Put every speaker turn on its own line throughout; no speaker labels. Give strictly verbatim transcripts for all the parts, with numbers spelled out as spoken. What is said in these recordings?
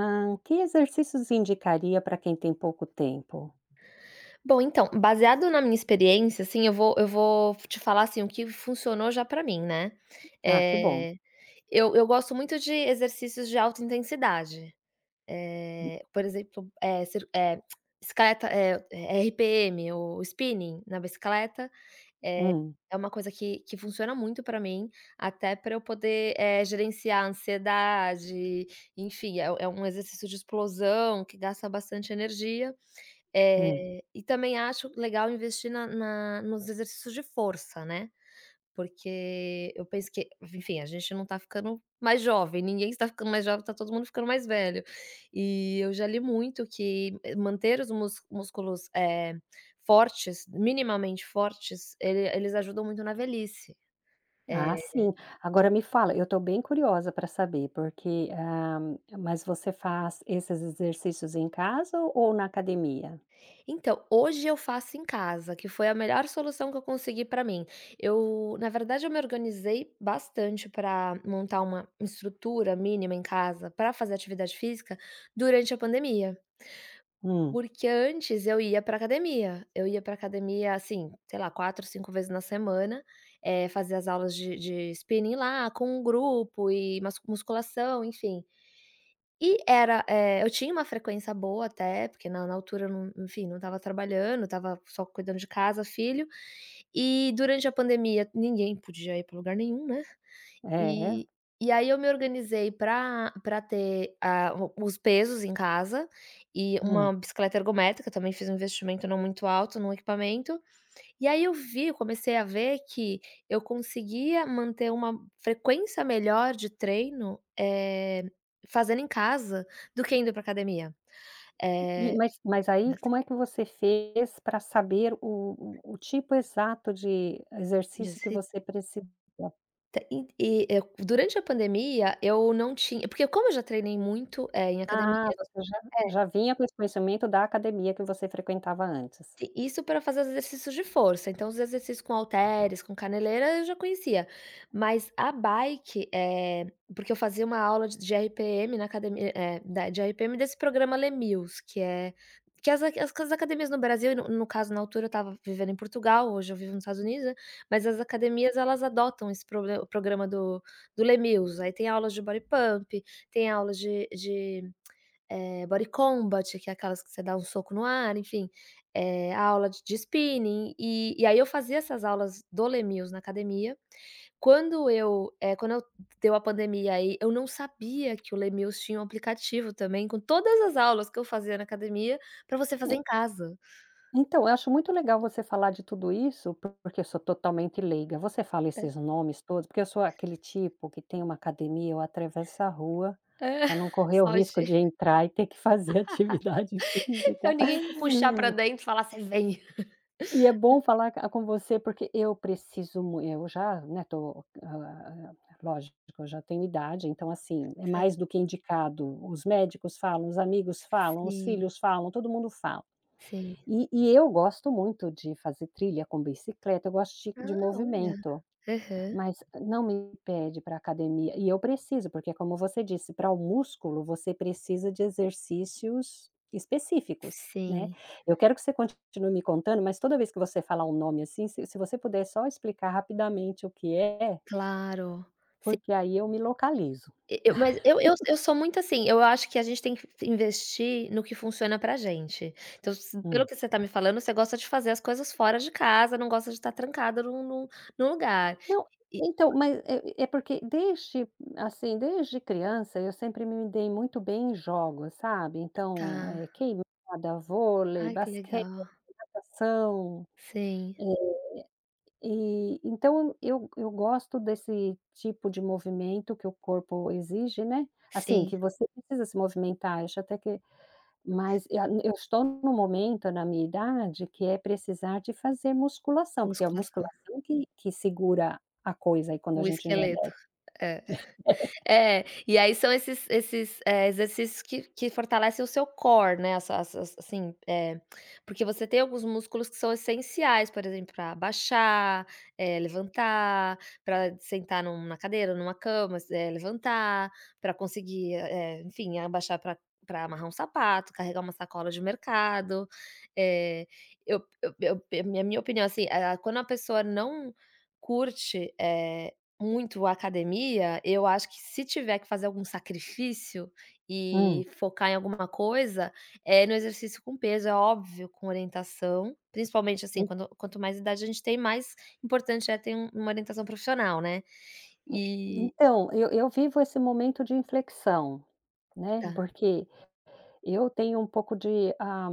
Ah, que exercícios indicaria para quem tem pouco tempo?
Bom, então, baseado na minha experiência, assim, eu vou eu vou te falar, assim, o que funcionou já pra mim, né.
Ah, que bom.
Eh, eu eu gosto muito de exercícios de alta intensidade. Eh, por exemplo, é cir eh, bicicleta, eh, R P M ou spinning na bicicleta,
Hum,
é uma coisa que que funciona muito pra mim, até pra eu poder, eh, gerenciar a ansiedade, enfim, é é um exercício de explosão que gasta bastante energia.
hum.
Eh, e também acho legal investir na na nos exercícios de força, né, porque eu penso que enfim, a gente não tá ficando mais jovem, ninguém está ficando mais jovem, tá todo mundo ficando mais velho. E eu já li muito que eh, manter os mús músculos, eh, fortes, minimamente fortes, ele eles ajudam muito na velhice.
Ah,
Eh
sim. Agora me fala, eu estou bem curiosa para saber, porque, ah, mas você faz esses exercícios em casa ou na academia?
Então, hoje eu faço em casa, que foi a melhor solução que eu consegui para mim. Eu, na verdade, eu me organizei bastante para montar uma estrutura mínima em casa para fazer atividade física durante a pandemia.
Hum,
Porque antes eu ia para academia, eu ia para academia, assim, sei lá, quatro, cinco vezes na semana, eh, fazia as aulas de de spinning lá com um grupo e mas musculação, enfim. E era, eh, eu tinha uma frequência boa até, porque na na altura eu não enfim, não estava trabalhando, estava só cuidando de casa, filho, e durante a pandemia ninguém podia ir para lugar nenhum, né,
é, é.
e e aí eu me organizei para para ter a o os pesos em casa e
Hum.
uma bicicleta ergométrica, também fiz um investimento não muito alto no equipamento, e aí eu vi, eu comecei a ver que eu conseguia manter uma frequência melhor de treino, eh, fazendo em casa do que indo para academia.
E,
Eh,
mas, mas aí, como é que você fez para saber o, o, o tipo exato de exercício que
dezesse-
você precisa?
e e, eh, durante a pandemia eu não tinha porque como eu já treinei muito, eh, em
Ah,
academia.
você já, já vinha com esse conhecimento da academia que você frequentava antes.
Si Isso para fazer os exercícios de força, então os exercícios com halteres, com caneleira, eu já conhecia. Mas a bike, eh, porque eu fazia uma aula de de R P M na academia, eh, da de R P M desse programa Lemills, que é que as ac- as as academias no Brasil, e no no caso, na altura eu estava vivendo em Portugal, hoje eu vivo nos Estados Unidos, né, mas as academias elas adotam esse proble o programa do do Le aí tem aulas de body pump, tem aulas de eh, body combat, que é aquelas que você dá um soco no ar, enfim, eh, aula de de spinning, e e aí eu fazia essas aulas do Les Mills na academia. Quando eu, eh, quando eu deu a pandemia aí, eu não sabia que o Les Mills tinha um aplicativo também com todas as aulas que eu fazia na academia, para você
É,
fazer em casa.
então, eu acho muito legal você falar de tudo isso, por- porque eu sou totalmente leiga. Você fala esses nomes todos, porque eu sou aquele tipo que tem uma academia, eu atravesso a rua
É,
para não correr o risco de
foge.
entrar e ter que fazer atividade
Pra
física.
ninguém te puxar para dentro e falar: "Você vem".
E é bom falar ca com você, porque eu preciso mui eu já, né, tô, hã, lógico, eu já tenho idade, então, assim, é
Cer
mais do que indicado. Os médicos falam, os amigos falam, os
sim,
filhos falam, todo mundo fala.
sim.
E e eu gosto muito de fazer trilha com bicicleta, eu gosto de de
Ah, olha.
movimento.
Aham.
Mas não me pede para academia, e eu preciso, porque como você disse, para o músculo você precisa de exercícios específicos, né.
Sim,
Eu quero que você continue me contando, mas toda vez que você falar um nome, assim, se se você puder só explicar rapidamente o que é,
claro.
porque aí eu me localizo.
E eu mas eu eu eu sou muito assim, eu acho que a gente tem que investir no que funciona pra gente. Então, se pelo
Hum.
que você tá me falando, você gosta de fazer as coisas fora de casa, não gosta de estar trancada num num num lugar.
Não,
E
então, mas é é porque desde, assim, desde criança eu sempre me dei muito bem em jogos, sabe. Então,
tá.
eh, queimada, vôlei,
Ai, que
basquete,
legal.
natação.
Sim,
É, e então eu eu gosto desse tipo de movimento que o corpo exige, né, assim,
sim,
que você precisa se movimentar. Eu acho até que mas e eu estou no momento na minha idade que é precisar de fazer musculação, porque é a
musculação.
musculação que que segura a coisa aí quando a
O
gente
esqueleto,
envelhece.
é. É, e aí são esses esses, eh, exercícios que que fortalecem o seu core, né, as as as assim, eh, porque você tem alguns músculos que são essenciais, por exemplo, para baixar, eh, levantar, para sentar num na cadeira, numa cama, eh, levantar, para conseguir, eh, enfim, abaixar para para amarrar um sapato, carregar uma sacola de mercado. Eh, eu eu eu a minha minha opinião, assim, eh, quando a pessoa não curte, eh muito a academia, eu acho que se tiver que fazer algum sacrifício
Hum,
e focar em alguma coisa, é no exercício com peso, é óbvio, com orientação, principalmente, assim,
en
quando quanto mais idade a gente tem, mais importante é ter um uma orientação profissional, né.
en
E
então eu eu vivo esse momento de inflexão, né,
tá.
porque eu tenho um pouco de, ah,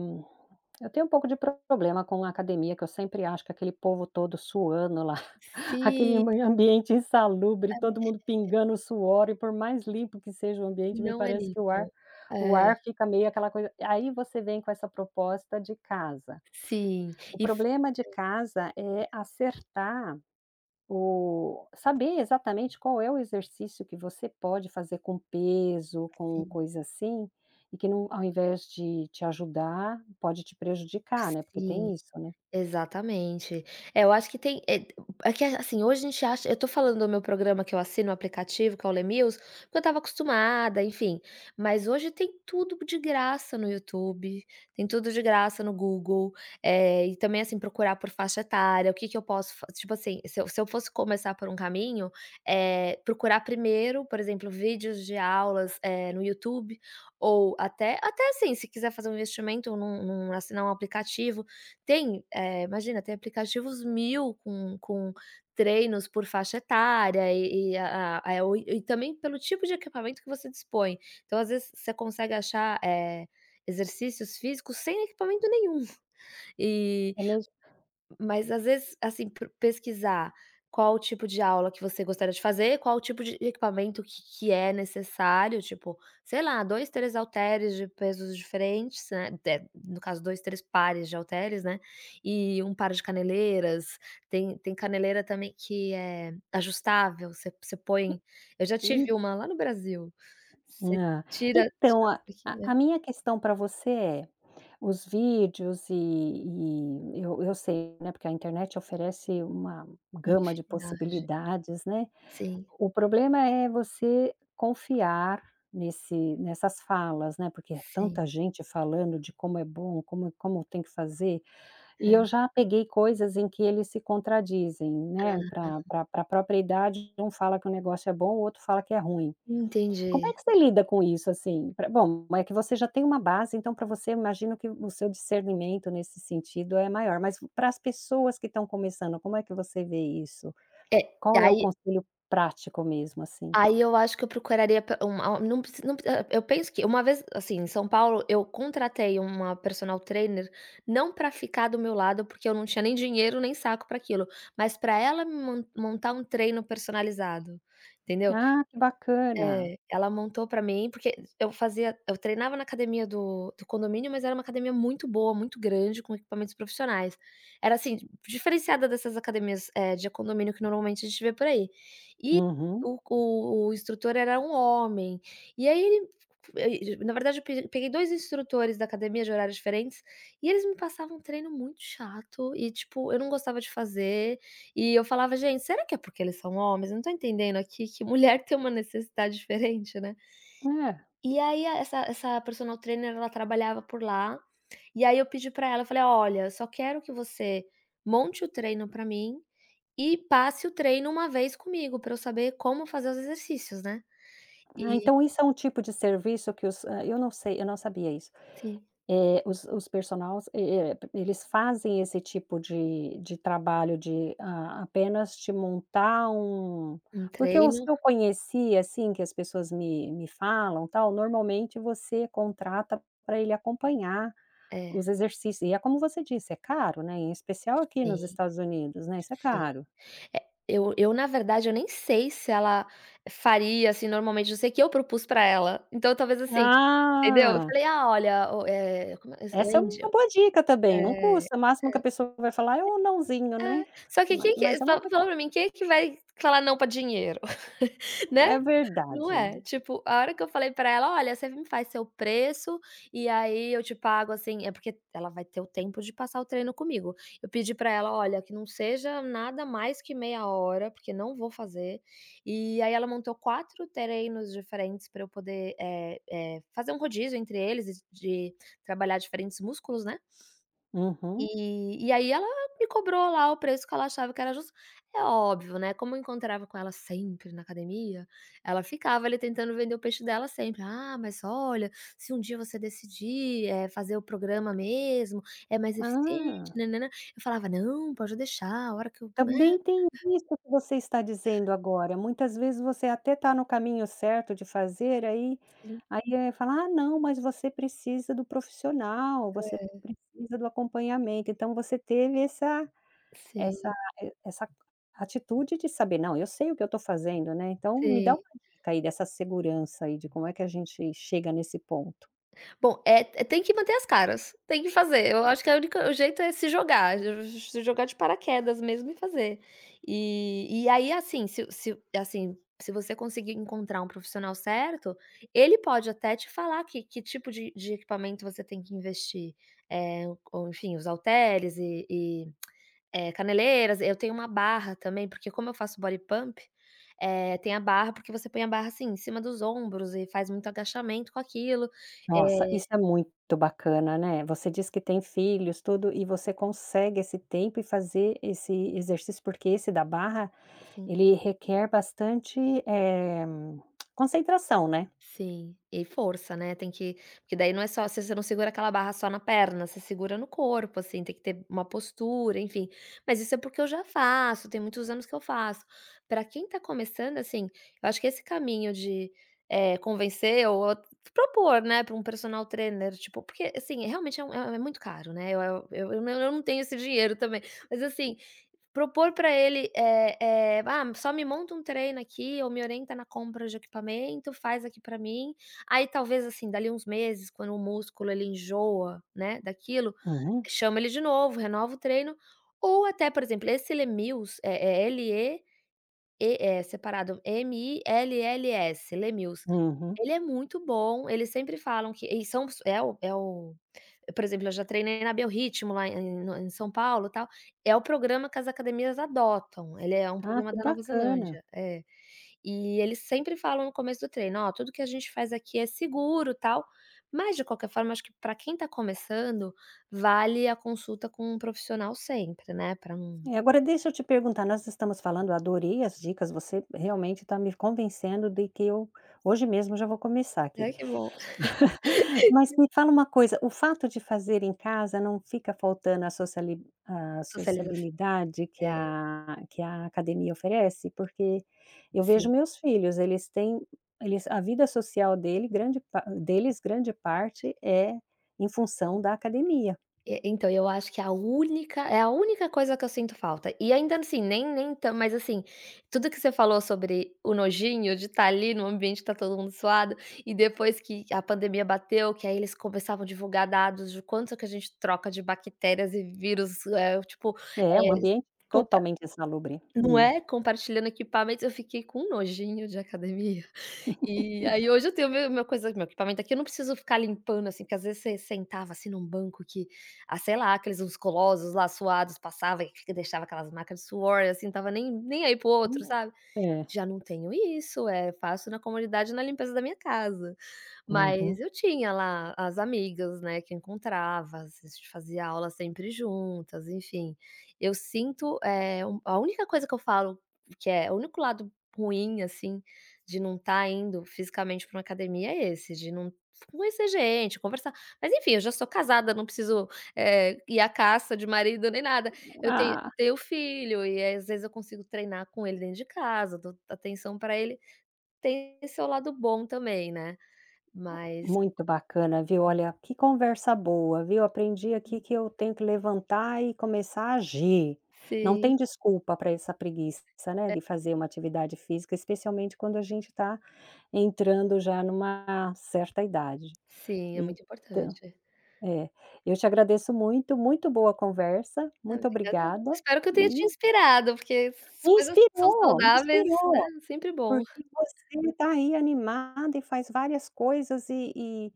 eu tenho um pouco de problema com a academia, que eu sempre acho que aquele povo todo suando lá, aquele
Sim,
ambi ambiente insalubre, todo
é,
mundo pingando suor e por mais limpo que seja o ambiente, me
não é
parece que o ar
limpo.
o
É,
ar fica meio aquela coisa, aí você vem com essa proposta de casa.
sim,
O
e f
problema de casa é acertar o saber exatamente qual é o exercício que você pode fazer com peso, com
sim,
coisa assim, e que não, ao invés de te ajudar, pode te prejudicar, né, porque
sim.
tem isso, né.
Exatamente. É, eu acho que tem é é que, assim, hoje a gente acha eu tô falando do meu programa que eu assino o aplicativo, que é o Lemills, porque eu estava acostumada, enfim. Mas hoje tem tudo de graça no YouTube, tem tudo de graça no Google, eh, e também, assim, procurar por faixa etária, o que que eu posso fa tipo assim, se eu se eu fosse começar por um caminho, eh, procurar primeiro, por exemplo, vídeos de aulas, eh, no YouTube, ou até até, assim, se quiser fazer um investimento num num assinar um aplicativo tem, eh, imagina, tem aplicativos mil com com treinos por faixa etária e e a a eh, o e também pelo tipo de equipamento que você dispõe. Então, às vezes, você consegue achar, eh, exercícios físicos sem equipamento nenhum. E
É mesmo?
mas às vezes, assim, pro pesquisar qual o tipo de aula que você gostaria de fazer, qual o tipo de equipamento que que é necessário, tipo, sei lá, dois três halteres de pesos diferentes, né, de no caso dois três pares de halteres, né, e um par de caneleiras, tem tem caneleira também que é ajustável, você você põe eu já tive
En
uma lá no Brasil, você
hã.
tira tira
Então, a
isso aqui,
a
né,
a minha questão para você é, os vídeos, e e eu eu sei, né, porque a internet oferece uma
uma
gama de
infinidade.
possibilidades, né.
Sim,
O problema é você confiar nesse nessas falas, né, porque é
sim,
tanta gente falando de como é bom, como como tem que fazer, e
é.
eu já peguei coisas em que eles se contradizem, né. Para pra pra própria idade, um fala que o negócio é bom, o outro fala que é ruim. Como é
Entendi.
que você lida com isso, assim? Pra Bom, é que você já tem uma base, então para você, eu imagino que o seu discernimento nesse sentido é maior, mas para as pessoas que estão começando, como é que você vê isso?
É,
Qual é o
aí
conselho prático mesmo, assim?
Aí eu acho que eu procuraria pe um a não preci não pre ah, eu penso que uma vez, assim, em São Paulo, eu contratei uma personal trainer, não para ficar do meu lado, porque eu não tinha nem dinheiro nem saco para aquilo, mas para ela me mon montar um treino personalizado, entendeu?
Ah, que bacana.
É, ela montou pra mim, porque eu fazia eu treinava na academia do do condomínio, mas era uma academia muito boa, muito grande, com equipamentos profissionais. Era, assim, diferenciada dessas academias, eh, de condomínio que normalmente a gente vê por aí. E
Uhum.
o o o instrutor era um homem, e aí ele e na verdade eu pe peguei dois instrutores da academia de horários diferentes, e eles me passavam um treino muito chato e, tipo, eu não gostava de fazer, e eu falava: "Gente, será que é porque eles são homens? Eu não tô entendendo aqui que mulher tem uma necessidade diferente, né".
É.
E aí a essa essa personal trainer, ela trabalhava por lá, e aí eu pedi pra ela, eu falei: "Olha, eu só quero que você monte o treino pra mim e passe o treino uma vez comigo, pra eu saber como fazer os exercícios, né".
Ah,
E
então isso é um tipo de serviço que os hã, eu não sei, eu não sabia isso.
sim,
Eh, os os personals, eh eh, eles fazem esse tipo de de trabalho de, ah, apenas te montar um,
um
porque os
treino
que eu conheci, assim, que as pessoas me me falam, tal, normalmente você contrata para ele acompanhar
é,
os exercícios, e é como você disse, é caro, né, em especial aqui
sim,
nos Estados Unidos, né, isso é
sim.
caro.
É, eu eu, na verdade, eu nem sei se ela faria, assim, normalmente, eu sei que eu propus pra ela, então talvez assim. Entendeu? Eu
Ah!
falei: "Ah, olha, o eh, como é é
Essa é
índio".
uma boa dica também, não
É,
custa, o máximo que a pessoa vai falar é o "nãozinho",
é.
né.
Só que
Ma
quem
Mas
que
é uma
fala
boa,
fala pra mim, quem é que vai falar não pra dinheiro, né?
é
Não
verdade.
é? Tipo, a hora que eu falei pra ela: "Olha, você me faz seu preço, e aí eu te pago, assim" é porque ela vai ter o tempo de passar o treino comigo. Eu pedi pra ela: "Olha, que não seja nada mais que meia hora, porque não vou fazer". E aí ela montou quatro treinos diferentes pra eu poder, eh eh, fazer um rodízio entre eles, e de trabalhar diferentes músculos, né.
Uhum.
E e aí ela me cobrou lá o preço que ela achava que era justo. É óbvio, né, como eu encontrava com ela sempre na academia, ela ficava ali tentando vender o peixe dela sempre: "Ah, mas olha, se um dia você decidir, eh, fazer o programa mesmo, é mais eficiente,
Ah,
né, nã Eu falava: "Não, pode deixar, a hora que eu" né,
também tem isso que você está dizendo agora, muitas vezes você até está no caminho certo de fazer, aí
sim,
aí, eh, fala: "Ah, não, mas você precisa do profissional, você precisa do acompanhamento". Então você teve essa, Essa
sim,
eh, essa atitude de saber: "Não, eu sei o que eu estou fazendo, né". Então me dá
sim.
uma dica aí dessa segurança aí de como é que a gente chega nesse ponto.
Bom, é é- tem que manter as caras, tem que fazer. Eu acho que a única o jeito é se jogar, j- se jogar de paraquedas mesmo e fazer. E e aí, assim, se se assim, se você conseguir encontrar um profissional certo, ele pode até te falar que que tipo de de equipamento você tem que investir, eh, ou enfim, os halteres e e, eh, caneleiras. Eu tenho uma barra também, porque como eu faço body pump, eh, tem a barra, porque você põe a barra, assim, em cima dos ombros e faz muito agachamento com aquilo,
Nossa, isso
eh
é muito bacana, né. Você diz que tem filhos, tudo, e você consegue esse tempo e fazer esse exercício, porque esse da barra,
Sim,
ele requer bastante, eh, concentração, né?
sim. E força, né, tem que porque daí não é só você não segura aquela barra só na perna, você segura no corpo, assim, tem que ter uma postura, enfim. Mas isso é porque eu já faço, tem muitos anos que eu faço. Para quem tá começando, assim, eu acho que esse caminho de, eh, convencer ou propor, né, para um personal trainer, tipo porque, assim, realmente é um é é muito caro, né, eu eu eu não eu não tenho esse dinheiro também, mas assim, propor para ele, eh eh: "Ah, só me monta um treino aqui ou me orienta na compra de equipamento, faz aqui para mim". Aí talvez, assim, dali uns meses, quando o músculo ele enjoa, né, daquilo,
Uhum,
chama ele de novo, renova o treino. Ou até, por exemplo, esse Lemills, é é L-E e é separado M-I-L-L-S, Lemills.
uhum.
Ele é muito bom, eles sempre falam que e são é o é o por exemplo, eu já treinei na Biorritmo lá em no em São Paulo, tal. É o programa que as academias adotam, ele é um
Ah,
programa
que
da Nova
bacana.
Zelândia. É. E eles sempre falam no começo do treino: "Ó, tudo que a gente faz aqui é seguro, tal", mas de qualquer forma, acho que para quem tá começando, vale a consulta com um profissional sempre, né, para não
É, agora deixa eu te perguntar, nós estamos falando, eu adorei as dicas, você realmente está me convencendo de que eu hoje mesmo já vou começar aqui.
ai que bom.
Mas me fala uma coisa, o fato de fazer em casa não fica faltando a sociali a
Socialização.
sociabilidade que
É,
a que a academia oferece? Porque eu vejo
sim.
meus filhos, eles têm eles, a vida social dele, grande pa deles, grande parte é em função da academia.
E então, eu acho que a única é a única coisa que eu sinto falta. E ainda assim, nem nem tan mas assim, tudo que você falou sobre o nojinho de estar ali no ambiente que tá todo mundo suado, e depois que a pandemia bateu, que aí eles começavam a divulgar dados de quanto que a gente troca de bactérias e vírus, eh, tipo,
É um
eh,
ambiente
compa
totalmente insalubre.
não
Hum.
é? Compartilhando equipamentos, eu fiquei com um nojinho de academia. E aí hoje eu tenho meu meu coisa meu equipamento aqui, eu não preciso ficar limpando, assim, porque às vezes você sentava, assim, num banco que, ah, sei lá, aqueles uns colosos lá suados passava e fica- deixava aquelas marcas de suor, assim, tava nem nem aí para outro,
Hum.
sabe?
É.
Já não tenho isso, é faço na comunidade, na limpeza da minha casa.
Uhum.
Mas eu tinha lá as amigas, né, que encontrava, a gente fazia aula sempre juntas, enfim. Eu sinto, é um a única coisa que eu falo que é o único lado ruim, assim, de não estar indo fisicamente para uma academia é esse, de não conhecer gente, conversar. Mas enfim, eu já sou casada, não preciso, eh, ir à caça de marido nem nada. Eu tenho
Ah.
tenho filho e, aí, às vezes, eu consigo treinar com ele dentro de casa, dou atenção pra ele. Tem esse seu lado bom também, né. Mas
Muito bacana, viu. Olha, que conversa boa, viu. Aprendi aqui que eu tenho que levantar e começar a agir. Não
sim,
tem desculpa para essa preguiça, né, de fazer uma atividade física, especialmente quando a gente está entrando já numa certa idade.
sim, é muito
Então
importante.
é. Eu te agradeço muito, muito boa conversa,
Ah,
muito
obrigada
obrigada
Espero que eu tenha
e
te inspirado, porque as
me
coisas que são
inspirou, me
saudáveis, né,
inspirou.
sempre bom.
Porque você está aí animada e faz várias coisas e e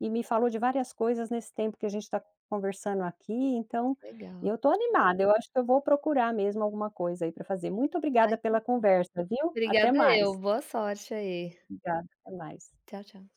e me falou de várias coisas nesse tempo que a gente está conversando aqui, então
Legal.
eu estou animada, eu acho que eu vou procurar mesmo alguma coisa aí para fazer. Muito
Ai,
obrigada
que
pela conversa, viu? Até
obrigada eu.
mais.
Boa sorte aí.
Obrigada, até mais.
Tchau, tchau.